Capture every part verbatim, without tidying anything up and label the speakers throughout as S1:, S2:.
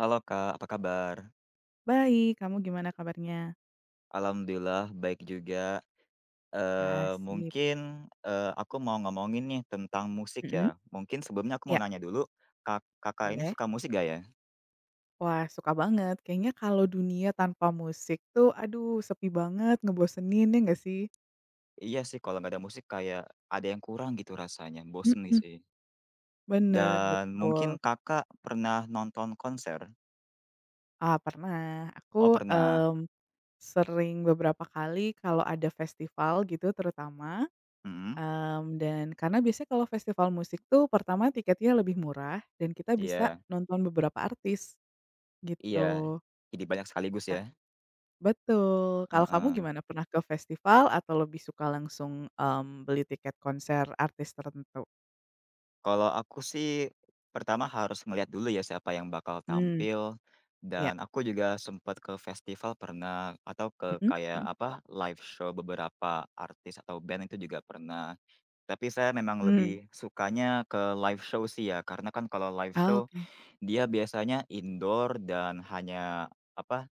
S1: Halo Kak, apa kabar?
S2: Baik, kamu gimana kabarnya?
S1: Alhamdulillah baik juga. Eee,
S2: Asik,
S1: mungkin, eee, aku mau ngomongin nih tentang musik
S2: mhm,
S1: ya. Mungkin sebelumnya aku mau
S2: iya,
S1: nanya dulu, Kak Kakak ini
S2: boleh.
S1: suka musik nggak ya?
S2: Wah, suka banget. Kayaknya kalau dunia tanpa musik tuh aduh sepi banget, ngebosenin, ya nggak sih?
S1: Iya sih kalau nggak ada musik kayak ada yang kurang gitu rasanya, bosen nih
S2: Mhm,
S1: sih.
S2: bener,
S1: Dan mungkin
S2: betul.
S1: Kakak pernah nonton konser?
S2: Ah, pernah.
S1: Oh
S2: Aku,
S1: pernah,
S2: mmm, sering beberapa kali kalau ada festival gitu terutama,
S1: mhm,
S2: mmm, dan karena biasanya kalau festival musik tuh pertama tiketnya lebih murah dan kita bisa
S1: iya
S2: nonton beberapa artis,
S1: iya.
S2: gitu.
S1: Jadi banyak sekaligus ya?
S2: Betul. Kalau kamu
S1: Heeh.
S2: gimana? Pernah ke festival atau lebih suka langsung, mmm, beli tiket konser artis tertentu?
S1: Kalau aku sih, pertama harus ngelihat dulu ya siapa yang bakal
S2: Mmm.
S1: tampil,
S2: Iya.
S1: dan aku juga sempat ke festival pernah, atau ke
S2: Mhm,
S1: kayak
S2: mhm.
S1: apa, live show beberapa artis atau band itu juga pernah. Tapi saya memang
S2: Mmm.
S1: lebih sukanya ke live show sih ya, karena kan kalau live
S2: Ah,
S1: show,
S2: oke.
S1: dia biasanya indoor dan hanya apa,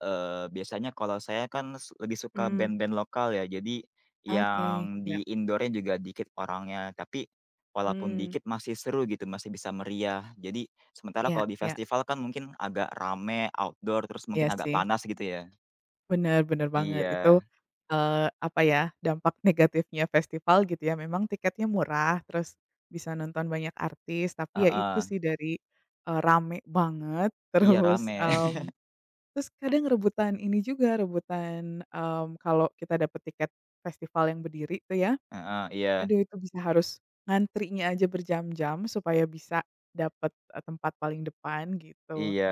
S1: Eee, biasanya kalau saya kan s lebih suka
S2: Mmm.
S1: band-band lokal ya, jadi
S2: Ah, oke.
S1: yang
S2: Iya.
S1: di indoornya juga dikit orangnya, tapi walaupun
S2: Mmm.
S1: dikit masih seru gitu, masih bisa meriah. Jadi sementara
S2: Iya,
S1: kalau di
S2: iya.
S1: festival kan mungkin agak rame, outdoor, terus
S2: Iya
S1: mungkin agak
S2: sih.
S1: panas gitu ya.
S2: Bener, bener banget. Itu,
S1: Iya,
S2: eee, apa ya, dampak negatifnya festival gitu ya, memang tiketnya murah, terus bisa nonton banyak artis, tapi ya itu
S1: heeh,
S2: sih dari, eee, rame banget,
S1: iya
S2: terus.
S1: rame,
S2: mmm Terus kadang rebutan ini juga, rebutan, mmm, kalau kita dapet tiket festival yang berdiri tuh ya,
S1: heeh, iya
S2: aduh itu bisa harus ngantrinya aja berjam-jam supaya bisa dapet, eee, tempat paling depan gitu.
S1: iya,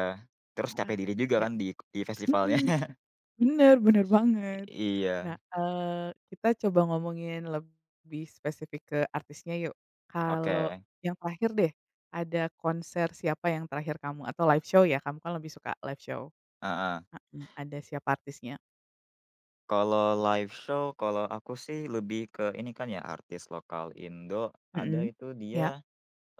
S1: terus
S2: Ah,
S1: capek diri juga
S2: iya,
S1: kan di di
S2: mhm,
S1: festivalnya.
S2: bener, bener banget.
S1: Iya,
S2: Nah, eee, kita coba ngomongin lebih spesifik ke artisnya yuk.
S1: oke,
S2: Kalau yang terakhir deh, ada konser siapa yang terakhir kamu atau live show ya, kamu kan lebih suka live show?
S1: heeh.
S2: Heeh, ada siapa artisnya?
S1: Kalau live show, kalau aku sih lebih ke ini kan ya artis lokal Indo, ada
S2: Mhm,
S1: itu
S2: ya,
S1: dia,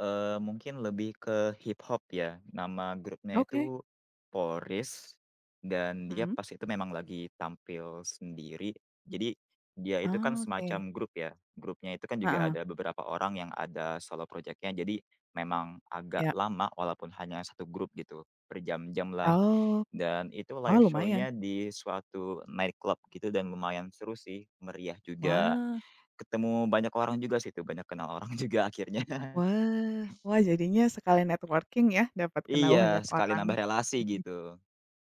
S1: eee, mungkin lebih ke hip hop ya, nama grupnya
S2: oke,
S1: itu Polris, dan dia
S2: mhm,
S1: pas itu memang lagi tampil sendiri. Jadi dia itu kan
S2: ah, oke,
S1: semacam grup ya, grupnya itu kan juga
S2: heeh,
S1: ada beberapa orang yang ada solo project, jadi memang agak
S2: ya,
S1: lama walaupun hanya satu grup gitu, berjam lah.
S2: oh,
S1: Dan itu
S2: wah,
S1: live
S2: lumayan,
S1: show-nya di suatu nightclub gitu dan lumayan seru sih, meriah juga.
S2: wah,
S1: Ketemu banyak orang juga sih itu, banyak kenal orang juga akhirnya.
S2: wah, wah, jadinya sekalian networking ya, dapat kenal
S1: Iya,
S2: banyak
S1: sekali
S2: orang,
S1: nambah relasi gitu,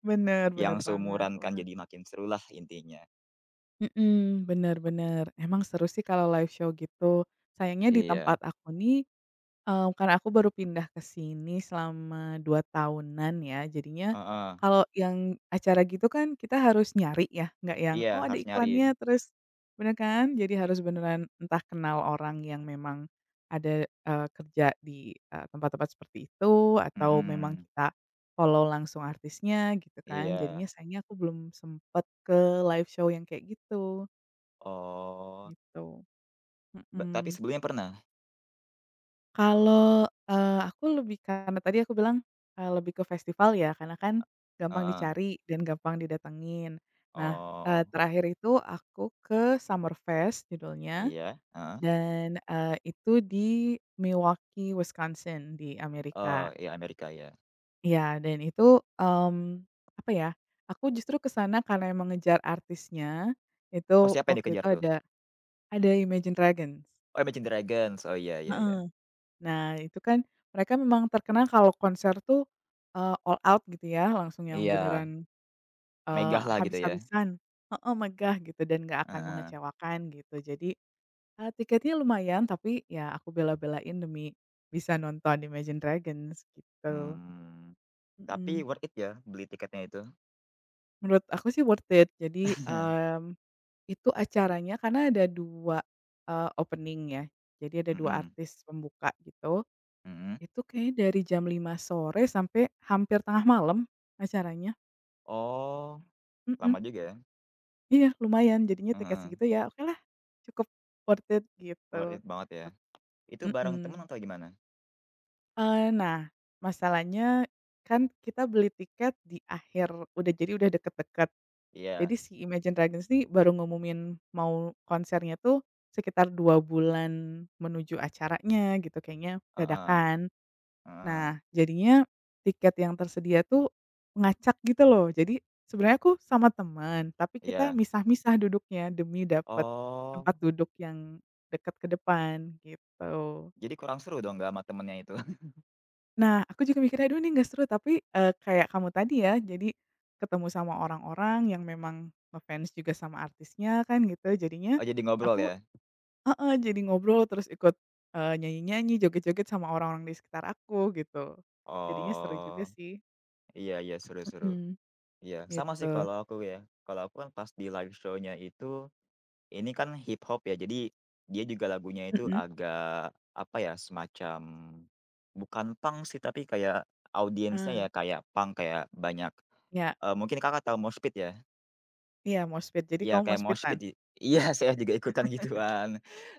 S2: bener,
S1: yang
S2: bener banget,
S1: seumuran kan
S2: wah,
S1: jadi makin serulah intinya.
S2: mhm, bener, bener, emang seru sih kalau live show gitu, sayangnya di
S1: Iya,
S2: tempat aku nih. Eee, karena aku baru pindah ke sini selama dua tahunan ya, jadinya
S1: heeh.
S2: kalau yang acara gitu kan kita harus nyari ya, nggak yang,
S1: Iya,
S2: "Oh, ada
S1: harus nyari,
S2: iklannya," terus bener kan? Jadi harus beneran entah kenal orang yang memang ada, eee, kerja di, eee, tempat-tempat seperti itu atau memang
S1: mhm,
S2: kita follow langsung artisnya gitu kan.
S1: iya.
S2: Jadinya sayangnya aku belum sempet ke live show yang kayak gitu,
S1: Oh,
S2: gitu.
S1: be tapi
S2: Mhm.
S1: sebelumnya pernah?
S2: Kalau, eee, aku lebih karena tadi aku bilang, eee, lebih ke festival ya, karena kan gampang
S1: Heeh.
S2: dicari dan gampang didatengin. Nah, eee,
S1: Oh,
S2: terakhir itu aku ke Summerfest judulnya
S1: iya, heeh.
S2: dan, eee, itu di Milwaukee, Wisconsin di
S1: Oh,
S2: Amerika.
S1: iya Amerika ya.
S2: Iya, dan itu, mmm, apa ya, aku justru ke sana karena emang ngejar artisnya, itu
S1: Oh siapa yang
S2: waktu itu
S1: dikejar tuh?
S2: ada ada Imagine Dragons.
S1: Oh Imagine Dragons, oh iya iya
S2: Heeh.
S1: iya.
S2: Nah, itu kan mereka memang terkenal kalau konser tuh, eee, all out gitu ya, langsung yang
S1: Iya.
S2: beneran, eee,
S1: Megah lah gitu ya,
S2: habis-habisan, heeh, megah gitu dan nggak akan
S1: heeh,
S2: mengecewakan gitu. Jadi, eee, tiketnya lumayan tapi ya aku bela-belain demi bisa nonton Imagine Dragons gitu,
S1: mmm, tapi
S2: mhm.
S1: worth it ya beli tiketnya itu?
S2: Menurut aku sih worth it. Jadi, mmm, itu acaranya karena ada dua eee, opening ya, jadi ada dua
S1: Mhm,
S2: artis pembuka gitu.
S1: mhm.
S2: Itu kayaknya dari jam lima sore sampai hampir tengah malam acaranya.
S1: Oh,
S2: Mhm,
S1: lama juga ya?
S2: iya lumayan jadinya tiket
S1: Heeh,
S2: segitu ya oke lah, cukup worth it gitu.
S1: worth it banget ya.
S2: Ep
S1: Itu bareng temen
S2: mhm,
S1: atau gimana?
S2: eee, nah masalahnya kan kita beli tiket di akhir udah jadi udah deket-deket. Jadi
S1: Iya,
S2: si Imagine Dragons ini baru ngumumin mau konsernya tuh sekitar dua bulan menuju acaranya gitu kayaknya
S1: heeh,
S2: dadakan.
S1: heeh,
S2: Nah, jadinya tiket yang tersedia tuh ngacak gitu loh. Jadi sebenarnya aku sama teman, tapi kita
S1: iya.
S2: misah-misah duduknya demi dapat
S1: Oh,
S2: tempat duduk yang dekat ke depan gitu.
S1: jadi kurang seru dong nggak sama temennya itu?
S2: Nah, aku juga mikirnya, "Aduh ini nggak seru," tapi, eee, kayak kamu tadi ya, jadi ketemu sama orang-orang yang memang ngefans juga sama artisnya kan gitu, jadinya
S1: Oh jadi ngobrol
S2: aku,
S1: ya?
S2: heeh, jadi ngobrol terus ikut, eee, nyanyi-nyanyi, joget-joget sama orang-orang di sekitar aku gitu. Jadinya seru juga
S1: Oh,
S2: sih.
S1: iya iya, seru seru.
S2: Mhm.
S1: Iya, sama sih
S2: Gitu.
S1: kalau aku ya, kalau aku kan pas di live show-nya itu. Ini kan hip hop ya, jadi dia juga lagunya itu
S2: Mhm.
S1: agak, apa ya, semacam bukan punk sih, tapi kayak audiensnya
S2: Ah,
S1: ya kayak punk, kayak banyak,
S2: iya,
S1: eee, mungkin Kakak tahu mosh pit ya?
S2: iya moshpit. Jadi
S1: Iya
S2: kamu
S1: kayak mosh
S2: moshpit-an?
S1: pit i iya, saya juga ikutan gituan.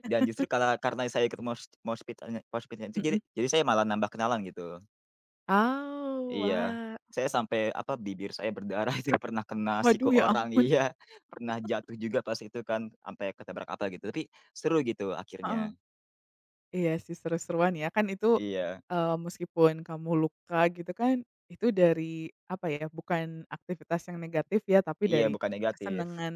S1: Dan justru kala karena saya ikut mosh mosh pit-nya mosh pit-nya itu jadi
S2: Mhm.
S1: jadi saya malah nambah kenalan gitu.
S2: Oh,
S1: Iya.
S2: wah.
S1: Saya sampai, apa, bibir saya berdarah, itu pernah kena siku
S2: Waduh, ya
S1: orang,
S2: ampun.
S1: iya, pernah jatuh juga pas itu kan, sampai ketabrak apa gitu, tapi seru gitu akhirnya.
S2: Heeh. Iya sih seru-seruan ya. Kan itu,
S1: Iya
S2: eee, meskipun kamu luka gitu kan, itu dari apa ya, bukan aktivitas yang negatif ya, tapi
S1: iya,
S2: dari
S1: bukan negatif.
S2: kesenangan,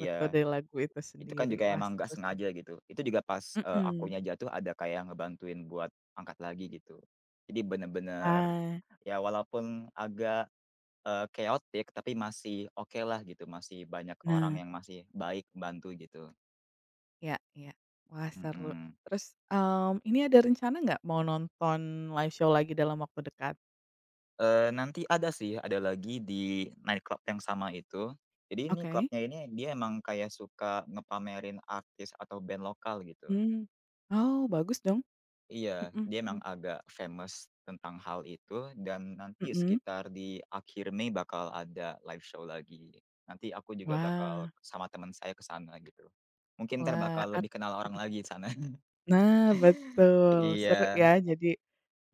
S2: betul, dari lagu itu
S1: itu kan
S2: sendiri.
S1: juga
S2: Wah
S1: emang nggak
S2: seru sih.
S1: sengaja gitu. Itu juga pas, eee,
S2: Mhm.
S1: akunya jatuh ada kayak ngebantuin buat angkat lagi gitu. Jadi bener-bener
S2: Ah,
S1: ya walaupun agak, eee, chaotic tapi masih oke lah gitu, masih banyak
S2: nah,
S1: orang yang masih baik bantu gitu,
S2: iya, iya. Wah seru.
S1: mhm.
S2: Terus, mmm, ini ada rencana nggak mau nonton live show lagi dalam waktu dekat?
S1: Eh nanti ada sih, ada lagi di nightclub yang sama itu. Jadi ini
S2: Oke,
S1: klubnya ini dia emang kayak suka ngepamerin artis atau band lokal gitu.
S2: mmm, oh bagus dong,
S1: Iya,
S2: mhm,
S1: dia
S2: mhm,
S1: emang agak famous tentang hal itu dan nanti
S2: mhm,
S1: sekitar di akhir Mei bakal ada live show lagi. Nanti aku juga bakal
S2: wah,
S1: sama teman saya ke sana gitu. Mungkin entar
S2: wah
S1: bakal
S2: at
S1: lebih kenal orang
S2: mhm,
S1: lagi di sana.
S2: nah betul, seru
S1: Iya,
S2: ya jadi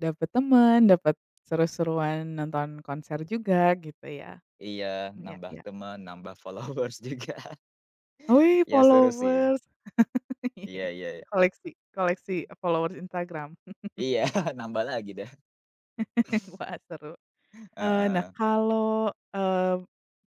S2: dapet temen, dapet seru-seruan nonton konser juga gitu ya,
S1: iya,
S2: iya,
S1: nambah
S2: iya,
S1: teman, nambah followers juga.
S2: wih,
S1: Ya seru sih.
S2: followers, iya, iya,
S1: Iya iya iya.
S2: koleksi, koleksi followers Instagram,
S1: Iya, nambah lagi dah.
S2: wah seru. Eee, nah
S1: Heeh,
S2: kalau, eee,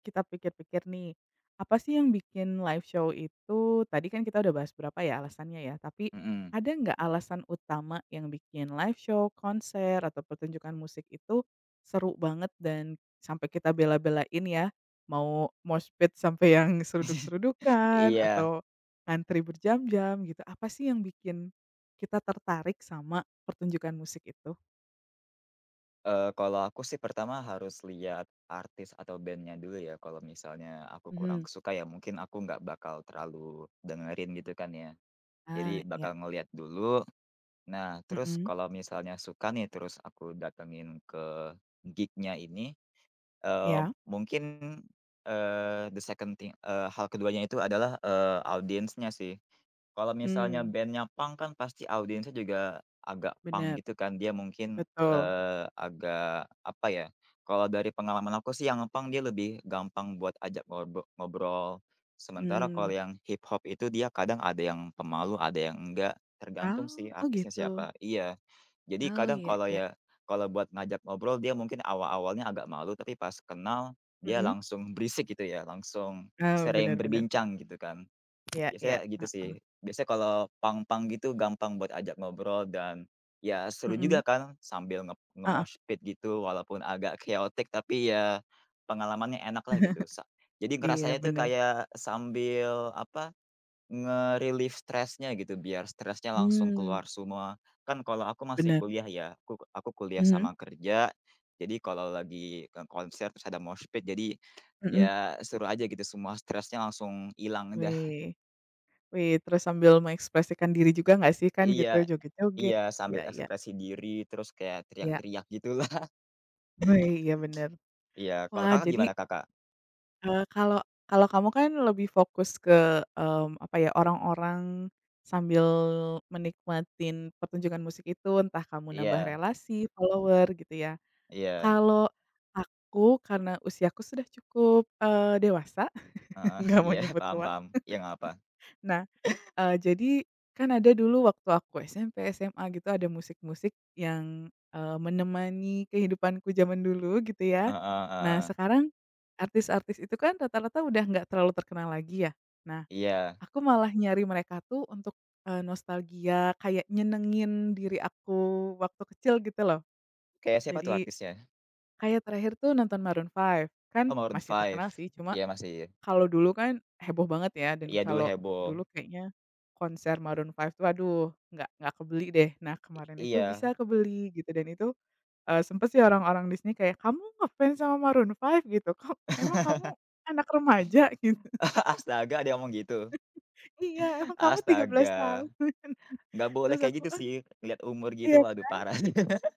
S2: kita pikir-pikir nih, apa sih yang bikin live show itu tadi kan kita udah bahas berapa ya alasannya ya, tapi
S1: mhm.
S2: ada nggak alasan utama yang bikin live show, konser, atau pertunjukan musik itu seru banget dan sampai kita bela-belain ya, mau mosh pit sampai yang seruduk-serudukan
S1: Iya.
S2: atau ngantri berjam-jam gitu, apa sih yang bikin kita tertarik sama pertunjukan musik itu?
S1: Eee, kalau aku sih pertama harus lihat artis atau bandnya dulu ya, kalau misalnya aku kurang
S2: Mhm.
S1: suka ya mungkin aku nggak bakal terlalu dengerin gitu kan ya.
S2: Ah,
S1: Jadi
S2: iya,
S1: bakal ngeliat dulu, nah terus
S2: mhm,
S1: kalau misalnya suka nih terus aku datengin ke gignya ini, eee,
S2: iya.
S1: mungkin, eee, the second thing, eee, hal keduanya itu adalah, eee, audience-nya sih. Kalau misalnya
S2: Mmm,
S1: bandnya nya punk kan pasti audiensnya juga agak punk
S2: bener,
S1: gitu kan, dia mungkin,
S2: betul,
S1: eee, agak apa ya, kalau dari pengalaman aku sih yang punk dia lebih gampang buat ajak ngobro ngobrol. Sementara kalau
S2: mmm,
S1: yang hip hop itu dia kadang ada yang pemalu, ada yang enggak, tergantung sih
S2: oh, oh
S1: artisnya
S2: gitu?
S1: siapa, iya. Jadi
S2: Oh,
S1: kadang
S2: iya,
S1: kalau
S2: iya.
S1: ya kalau buat ngajak ngobrol dia mungkin awal-awalnya agak malu, tapi pas kenal dia
S2: Mhm,
S1: langsung berisik gitu ya, langsung
S2: oh,
S1: sering
S2: bener, bener,
S1: berbincang gitu kan.
S2: iya, iya,
S1: Biasanya gitu sih,
S2: heeh,
S1: biasanya kalau pang-pang gitu gampang buat ajak ngobrol dan, ya seru juga
S2: mhm,
S1: kan sambil nge
S2: heeh,
S1: nge-moshpit gitu walaupun agak chaotic tapi ya, pengalamannya enak lah gitu sa jadi
S2: iya
S1: ngerasanya tuh
S2: bener,
S1: kayak sambil apa, nge-relief stresnya gitu biar stresnya langsung
S2: mmm,
S1: keluar semua. Kan kalau aku masih
S2: bener,
S1: kuliah ya, aku aku kuliah
S2: mhm,
S1: sama kerja, jadi kalau lagi ke konser terus ada moshpit jadi,
S2: mhm,
S1: ya seru aja gitu semua stresnya langsung hilang da
S2: wih, wih, terus sambil mengekspresikan diri juga nggak sih kan
S1: Iya
S2: gitu,
S1: iya,
S2: joget-joget, iya,
S1: sambil
S2: iya,
S1: ekspresi diri, terus kayak
S2: iya,
S1: teriak-teriak gitulah.
S2: wih, iya bener.
S1: Iya, kalau
S2: Wah,
S1: Kakak
S2: jadi
S1: gimana, Kakak?
S2: Eee, kalau kalau kamu kan lebih fokus ke, mmm, apa ya, orang-orang sambil menikmatin pertunjukan musik itu, entah kamu nambah
S1: Iya
S2: relasi, follower, gitu ya.
S1: iya,
S2: Kalau aku, karena usiaku sudah cukup, eee, dewasa,
S1: heeh,
S2: nggak mau
S1: iya,
S2: nyebut
S1: paham
S2: tua.
S1: paham. Iya, nggak apa.
S2: Nah, Eee, jadi kan ada dulu waktu aku S M P, S M A gitu ada musik-musik yang, eee, menemani kehidupanku zaman dulu gitu ya.
S1: Heeh
S2: Nah
S1: heeh,
S2: sekarang artis-artis itu kan rata-rata udah nggak terlalu terkenal lagi ya. Nah
S1: iya.
S2: aku malah nyari mereka tuh untuk, eee, nostalgia kayak nyenengin diri aku waktu kecil gitu loh.
S1: Kayak siapa tuh
S2: Jadi
S1: artisnya?
S2: kayak terakhir tuh nonton Maroon Five kan
S1: Oh, Maroon
S2: masih
S1: Five.
S2: terkenal sih cuma
S1: Iya masih.
S2: kalau dulu kan heboh banget ya dan
S1: Iya, dulu
S2: kalau
S1: heboh.
S2: dulu kayaknya konser Maroon lima tuh aduh nggak nggak kebeli deh. Nah kemarin itu
S1: Iya.
S2: bisa kebeli gitu dan itu, eee, sempet sih orang-orang di sini kayak, "Kamu ngefans sama Maroon lima? Gitu, kok emang kamu anak remaja?" Gitu.
S1: Astaga, ada yang ngomong gitu?
S2: "Iya, emang kamu tiga belas
S1: Astaga,
S2: tahun?"
S1: nggak boleh
S2: Terus
S1: kayak
S2: aku,
S1: gitu
S2: "Ah,
S1: sih, lihat umur gitu,
S2: iya,
S1: waduh parah.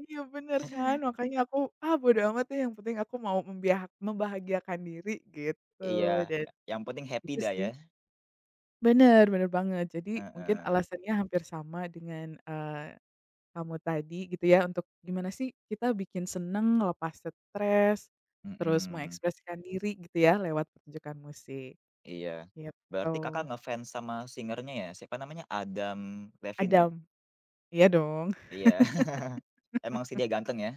S2: iya bener kan." Makanya aku, "Ah, bodo amat deh, yang penting aku mau membiah membahagiakan diri," gitu
S1: Iya,
S2: dan
S1: ya yang penting happy
S2: itu
S1: dah
S2: sih.
S1: ya.
S2: Bener, bener banget. Jadi mungkin
S1: Heeh,
S2: alasannya hampir sama dengan, eee, kamu tadi gitu ya, untuk gimana sih kita bikin seneng, lepas stres, terus
S1: mhm.
S2: mengekspresikan diri gitu ya lewat pertunjukan musik,
S1: Iya. Berarti
S2: gitu.
S1: Kakak ngefans sama singernya ya? Siapa namanya? Adam Levine ya?
S2: Adam, iya dong.
S1: Iya. Emang sih dia ganteng ya.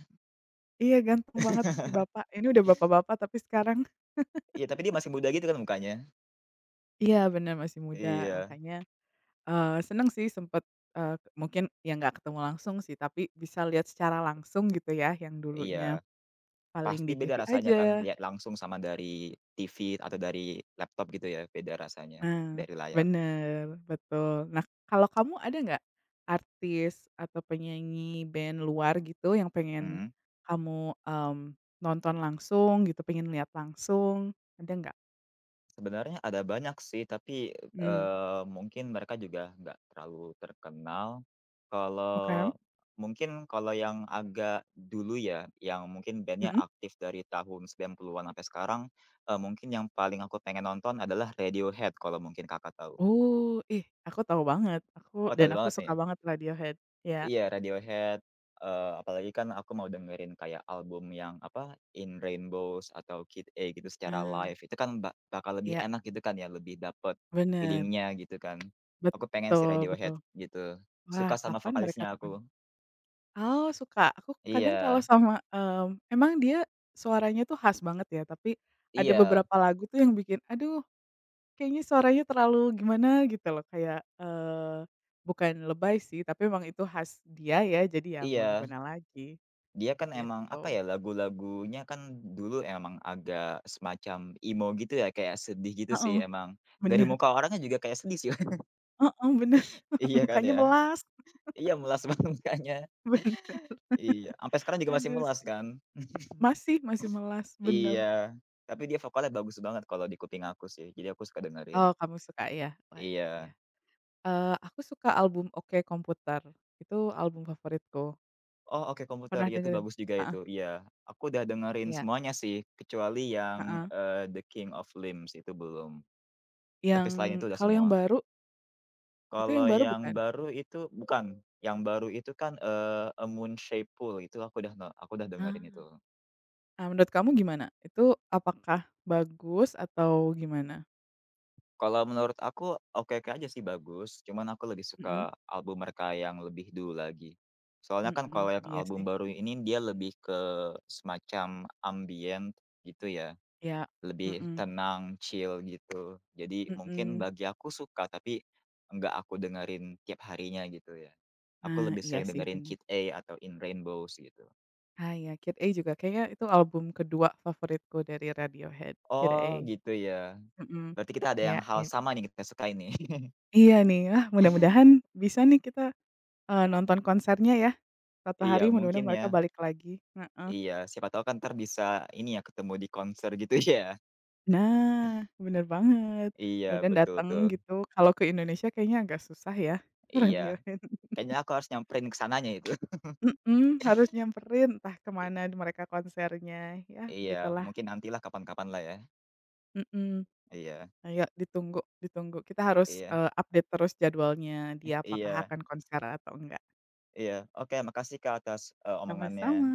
S2: Iya ganteng banget si bapak, ini udah bapak-bapak tapi sekarang
S1: Iya, tapi dia masih muda gitu kan mukanya.
S2: iya bener masih muda,
S1: Iya
S2: makanya, eee, seneng sih sempet, eee, mungkin ya nggak ketemu langsung sih, tapi bisa lihat secara langsung gitu ya, yang dulunya
S1: iya.
S2: paling
S1: Pasti
S2: di T V
S1: beda rasanya kan
S2: aja.
S1: lihat langsung sama dari T V atau dari laptop gitu ya, beda rasanya
S2: Nah,
S1: dari layar.
S2: bener, betul. Nah, kalau kamu ada nggak artis atau penyanyi band luar gitu yang pengen
S1: Mhm.
S2: kamu, mmm, nonton langsung gitu, pengen lihat langsung, ada nggak?
S1: Sebenarnya ada banyak sih, tapi,
S2: Mmm.
S1: eee, mungkin mereka juga nggak terlalu terkenal.
S2: Oke,
S1: Kalau mungkin kalau yang agak dulu ya, yang mungkin bandnya
S2: mhm.
S1: aktif dari tahun sembilan puluh-an sampai sekarang, eee, mungkin yang paling aku pengen nonton adalah Radiohead, kalau mungkin Kakak tahu.
S2: Oh, ih, aku tahu banget, aku
S1: Oh,
S2: dan
S1: tahu
S2: aku
S1: banget
S2: suka
S1: nih.
S2: banget Radiohead, iya.
S1: Iya, Radiohead, eee, apalagi kan aku mau dengerin kayak album yang apa, In Rainbows atau Kid A gitu secara
S2: Ah,
S1: live, itu kan ba bakal lebih
S2: iya,
S1: enak gitu kan ya, lebih dapet
S2: bener,
S1: feelingnya gitu kan. Aku pengen si
S2: betul,
S1: Radiohead
S2: betul.
S1: gitu,
S2: Wah,
S1: suka sama
S2: kapan mereka.
S1: vokalisnya aku.
S2: Oh suka, aku kadang kalau
S1: Iya
S2: sama, mmm, emang dia suaranya tuh khas banget ya, tapi ada
S1: iya
S2: beberapa lagu tuh yang bikin, aduh, kayaknya suaranya terlalu gimana gitu loh, kayak, eee, bukan lebay sih, tapi emang itu khas dia ya, jadi ya mau
S1: iya,
S2: gimana lagi,
S1: dia kan emang apa
S2: gitu.
S1: ya, lagu-lagunya kan dulu emang agak semacam emo gitu ya, kayak sedih gitu sih
S2: Heeh,
S1: emang, dari
S2: bener,
S1: muka orangnya juga kayak sedih sih.
S2: heeh, bener,
S1: Iya kan
S2: mukanya
S1: ya?
S2: melas,
S1: Iya, melas banget mukanya.
S2: ben
S1: Iya, sampai sekarang juga masih
S2: aduh
S1: mulas
S2: sih,
S1: kan.
S2: masih, masih melas, bener.
S1: Iya, tapi dia vokalnya bagus banget kalau di kuping aku sih, jadi aku suka dengerin.
S2: Oh kamu suka ya? Wah, iya,
S1: Iya.
S2: iya. Eee, aku suka album Oke Komputer, itu album favoritku.
S1: Oh, Oke Komputer,
S2: Pernah
S1: iya itu
S2: dengerin?
S1: bagus juga
S2: Heeh.
S1: itu, iya. Aku udah dengerin
S2: Iya.
S1: semuanya sih, kecuali yang,
S2: Heeh.
S1: eee, The King of Limbs itu belum, tapi
S2: Yang
S1: selain itu udah
S2: Kalau yang
S1: semua.
S2: baru, itu
S1: Kalau
S2: yang baru
S1: yang
S2: bukan?
S1: baru itu bukan, yang baru itu kan, eee, A Moon Shaped Pool itu aku udah aku udah dengerin
S2: Ah.
S1: itu.
S2: Ah, menurut kamu gimana? Itu apakah bagus atau gimana?
S1: Kalau menurut aku oke-oke aja sih bagus, cuman aku lebih suka
S2: Mhm,
S1: album mereka yang lebih dulu lagi. Soalnya kan
S2: mhm,
S1: kalau yang
S2: iya
S1: album
S2: sih.
S1: baru ini dia lebih ke semacam ambient gitu ya,
S2: Iya,
S1: lebih
S2: mhm,
S1: tenang, chill gitu. Jadi mungkin
S2: mhm.
S1: bagi aku suka, tapi nggak aku dengerin tiap harinya gitu ya. Aku
S2: Nah,
S1: lebih
S2: iya
S1: sering
S2: sih
S1: dengerin
S2: bener.
S1: Kid A atau In Rainbows gitu.
S2: Ah, iya, Kid A juga kayaknya itu album kedua favoritku dari Radiohead, Kid A.
S1: Oh gitu ya,
S2: Mhm.
S1: berarti kita ada
S2: Iya,
S1: yang hal
S2: iya.
S1: sama nih kita suka ini.
S2: Iya nih, ah, mudah-mudahan bisa nih kita, eee, nonton konsernya ya, suatu
S1: Iya
S2: hari
S1: mungkin
S2: mudah-mudahan
S1: ya.
S2: mereka balik lagi. Heeh.
S1: Iya, siapa tahu kan ntar bisa ini ya, ketemu di konser gitu ya.
S2: Nah, bener banget.
S1: Iya,
S2: Mudah-mudahan
S1: betul
S2: dateng
S1: tuh.
S2: gitu. Kalau ke Indonesia kayaknya agak susah ya,
S1: Iya,
S2: Radiohead.
S1: kayaknya aku harus nyamperin ke sananya itu.
S2: Mhm, harus nyamperin entah
S1: I
S2: kemana mereka konsernya, ya
S1: iya,
S2: begitulah.
S1: mungkin nantilah kapan kapan lah ya.
S2: Mhm.
S1: Iya
S2: Ayo ditunggu, ditunggu. Kita harus,
S1: iya
S2: eee, update terus jadwalnya dia apakah
S1: iya
S2: akan konser atau enggak.
S1: iya. Oke, makasih Kak, atas, eee,
S2: Sama-sama.
S1: omongannya.